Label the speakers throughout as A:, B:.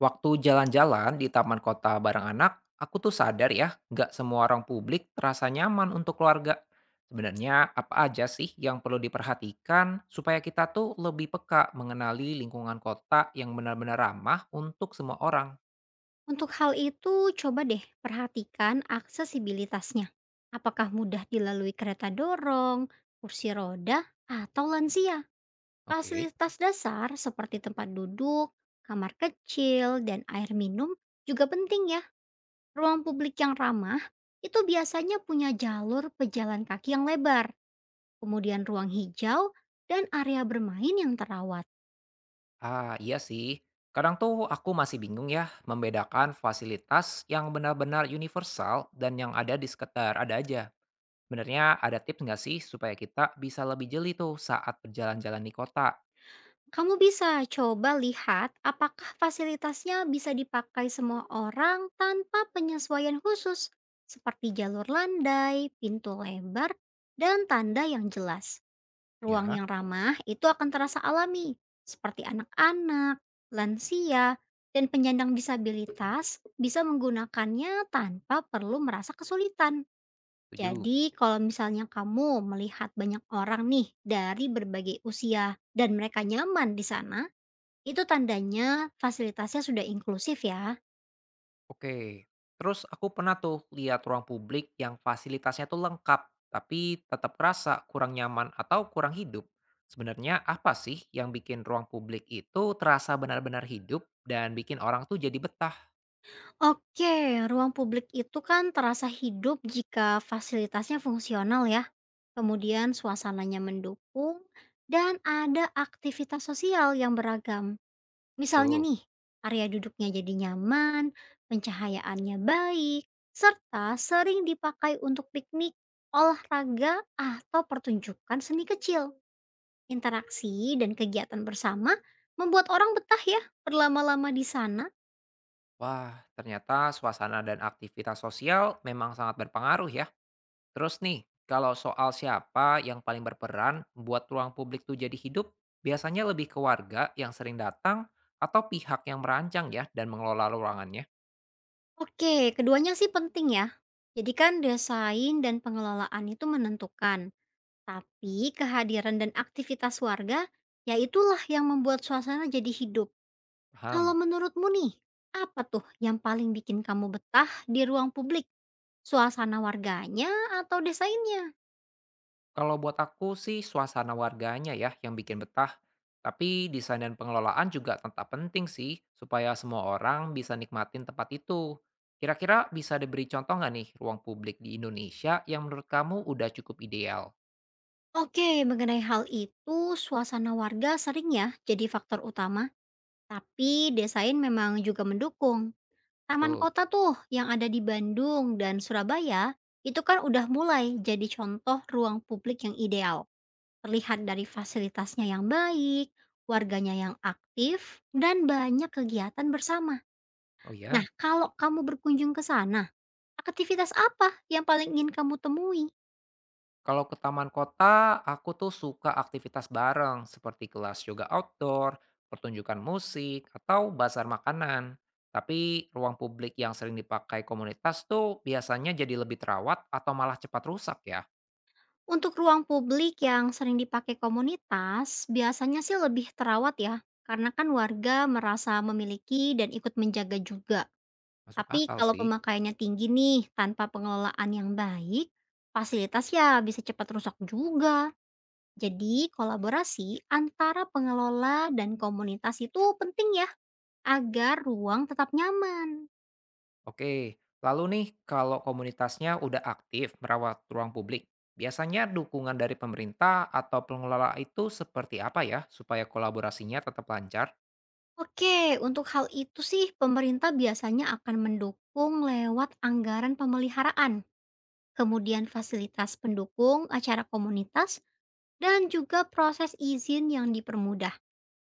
A: Waktu jalan-jalan di taman kota bareng anak, aku tuh sadar ya, nggak semua orang publik terasa nyaman untuk keluarga. Sebenarnya apa aja sih yang perlu diperhatikan supaya kita tuh lebih peka mengenali lingkungan kota yang benar-benar ramah untuk semua orang?
B: Untuk hal itu, coba deh perhatikan aksesibilitasnya. Apakah mudah dilalui kereta dorong, kursi roda, atau lansia?
A: Oke.
B: Fasilitas dasar seperti tempat duduk, kamar kecil, dan air minum juga penting ya. Ruang publik yang ramah itu biasanya punya jalur pejalan kaki yang lebar, kemudian ruang hijau, dan area bermain yang terawat.
A: Ah, iya sih. Kadang tuh aku masih bingung ya membedakan fasilitas yang benar-benar universal dan yang ada di sekitar ada aja. Sebenarnya ada tips nggak sih supaya kita bisa lebih jeli tuh saat berjalan-jalan di kota?
B: Kamu bisa coba lihat apakah fasilitasnya bisa dipakai semua orang tanpa penyesuaian khusus, seperti jalur landai, pintu lebar, dan tanda yang jelas. Ruang
A: Ya,
B: yang ramah itu akan terasa alami, seperti anak-anak, lansia, dan penyandang disabilitas bisa menggunakannya tanpa perlu merasa kesulitan.
A: setuju.
B: Jadi, kalau misalnya kamu melihat banyak orang nih dari berbagai usia dan mereka nyaman di sana, itu tandanya fasilitasnya sudah inklusif ya.
A: Oke. Terus aku pernah tuh lihat ruang publik yang fasilitasnya tuh lengkap, tapi tetap kerasa kurang nyaman atau kurang hidup. Sebenarnya apa sih yang bikin ruang publik itu terasa benar-benar hidup dan bikin orang tuh jadi betah?
B: Oke, ruang publik itu kan terasa hidup jika fasilitasnya fungsional ya. Kemudian suasananya mendukung dan ada aktivitas sosial yang beragam. Misalnya
A: Tuh.
B: nih, area duduknya jadi nyaman, pencahayaannya baik, serta sering dipakai untuk piknik, olahraga, atau pertunjukan seni kecil. Interaksi dan kegiatan bersama membuat orang betah ya berlama-lama di sana.
A: Wah, ternyata suasana dan aktivitas sosial memang sangat berpengaruh ya. Terus nih, kalau soal siapa yang paling berperan buat ruang publik tuh jadi hidup, biasanya lebih ke warga yang sering datang atau pihak yang merancang ya dan mengelola ruangannya.
B: Oke, keduanya sih penting ya. Jadi kan desain dan pengelolaan itu menentukan. Tapi kehadiran dan aktivitas warga, ya itulah yang membuat suasana jadi hidup.
A: Paham.
B: Kalau menurutmu nih, apa tuh yang paling bikin kamu betah di ruang publik? Suasana warganya atau desainnya?
A: Kalau buat aku sih suasana warganya ya yang bikin betah. Tapi desain dan pengelolaan juga tetap penting sih supaya semua orang bisa nikmatin tempat itu. Kira-kira bisa diberi contoh nggak nih ruang publik di Indonesia yang menurut kamu udah cukup ideal?
B: Oke, mengenai hal itu, suasana warga sering ya jadi faktor utama. Tapi desain memang juga mendukung. Taman
A: Betul.
B: kota tuh yang ada di Bandung dan Surabaya itu kan udah mulai jadi contoh ruang publik yang ideal. Terlihat dari fasilitasnya yang baik, warganya yang aktif, dan banyak kegiatan bersama.
A: Oh
B: Nah,
A: ya.
B: kalau kamu berkunjung ke sana, aktivitas apa yang paling ingin kamu temui?
A: Kalau ke taman kota, aku tuh suka aktivitas bareng seperti kelas yoga outdoor, pertunjukan musik, atau bazar makanan. Tapi ruang publik yang sering dipakai komunitas tuh biasanya jadi lebih terawat atau malah cepat rusak ya.
B: Untuk ruang publik yang sering dipakai komunitas, biasanya sih lebih terawat ya, karena kan warga merasa memiliki dan ikut menjaga juga.
A: Masuk
B: Tapi
A: akal
B: kalau
A: sih.
B: pemakaiannya tinggi nih, tanpa pengelolaan yang baik, fasilitas ya bisa cepat rusak juga. Jadi kolaborasi antara pengelola dan komunitas itu penting ya, agar ruang tetap nyaman.
A: Oke, lalu nih kalau komunitasnya udah aktif merawat ruang publik, biasanya dukungan dari pemerintah atau pengelola itu seperti apa ya supaya kolaborasinya tetap lancar?
B: Oke, untuk hal itu sih pemerintah biasanya akan mendukung lewat anggaran pemeliharaan, kemudian fasilitas pendukung acara komunitas, dan juga proses izin yang dipermudah.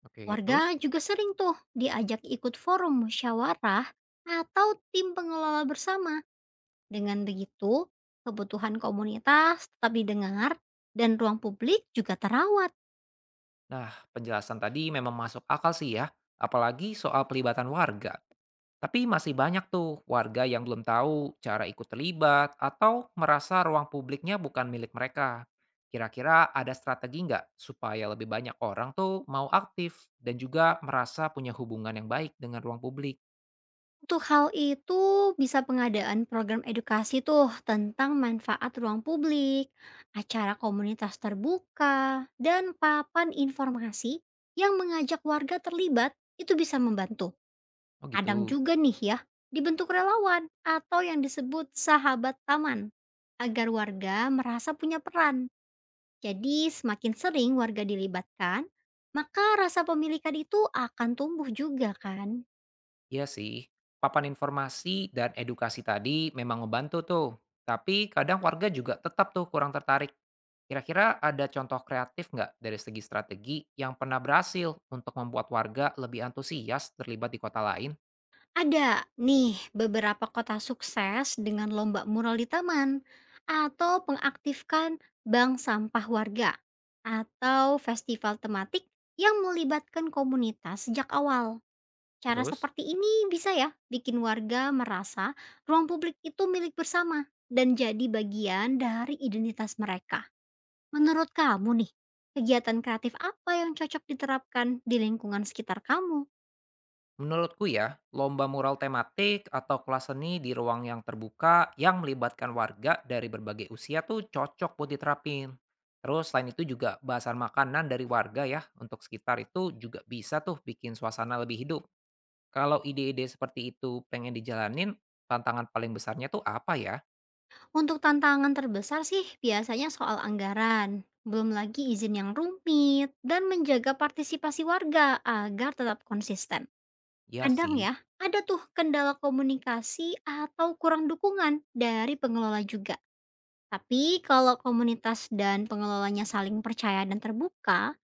A: Oke,
B: Warga
A: terus?
B: juga sering tuh diajak ikut forum musyawarah atau tim pengelola bersama. Dengan begitu, kebutuhan komunitas tetap didengar dan ruang publik juga terawat.
A: Nah, penjelasan tadi memang masuk akal sih ya, apalagi soal pelibatan warga. Tapi masih banyak tuh warga yang belum tahu cara ikut terlibat atau merasa ruang publiknya bukan milik mereka. Kira-kira ada strategi nggak supaya lebih banyak orang tuh mau aktif dan juga merasa punya hubungan yang baik dengan ruang publik?
B: Untuk hal itu bisa pengadaan program edukasi tuh tentang manfaat ruang publik, acara komunitas terbuka, dan papan informasi yang mengajak warga terlibat itu bisa membantu.
A: Oh
B: Kadang
A: gitu.
B: juga nih ya, dibentuk relawan atau yang disebut sahabat taman, agar warga merasa punya peran. Jadi semakin sering warga dilibatkan, maka rasa pemilikan itu akan tumbuh juga kan.
A: Iya sih, papan informasi dan edukasi tadi memang membantu tuh. Tapi kadang warga juga tetap tuh kurang tertarik. Kira-kira ada contoh kreatif nggak dari segi strategi yang pernah berhasil untuk membuat warga lebih antusias terlibat di kota lain?
B: Ada nih beberapa kota sukses dengan lomba mural di taman atau pengaktifkan bank sampah warga atau festival tematik yang melibatkan komunitas sejak awal. Cara
A: Terus?
B: seperti ini bisa ya bikin warga merasa ruang publik itu milik bersama dan jadi bagian dari identitas mereka. Menurut kamu nih, kegiatan kreatif apa yang cocok diterapkan di lingkungan sekitar kamu?
A: Menurutku ya, lomba mural tematik atau kelas seni di ruang yang terbuka yang melibatkan warga dari berbagai usia tuh cocok buat diterapin. Terus selain itu juga bahasan makanan dari warga ya untuk sekitar itu juga bisa tuh bikin suasana lebih hidup. Kalau ide-ide seperti itu pengen dijalanin, tantangan paling besarnya tuh apa ya?
B: Untuk tantangan terbesar sih biasanya soal anggaran, belum lagi izin yang rumit, dan menjaga partisipasi warga agar tetap konsisten.
A: Ya
B: Kadang
A: sih,
B: ya, ada tuh kendala komunikasi atau kurang dukungan dari pengelola juga. Tapi kalau komunitas dan pengelolanya saling percaya dan terbuka,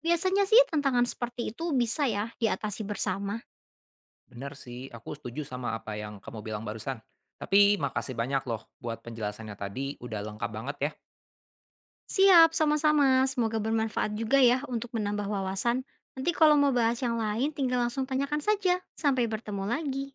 B: biasanya sih tantangan seperti itu bisa ya diatasi bersama.
A: bener sih, aku setuju sama apa yang kamu bilang barusan. Tapi makasih banyak loh buat penjelasannya tadi, udah lengkap banget ya.
B: Siap, sama-sama. Semoga bermanfaat juga ya untuk menambah wawasan. Nanti kalau mau bahas yang lain, tinggal langsung tanyakan saja. Sampai bertemu lagi.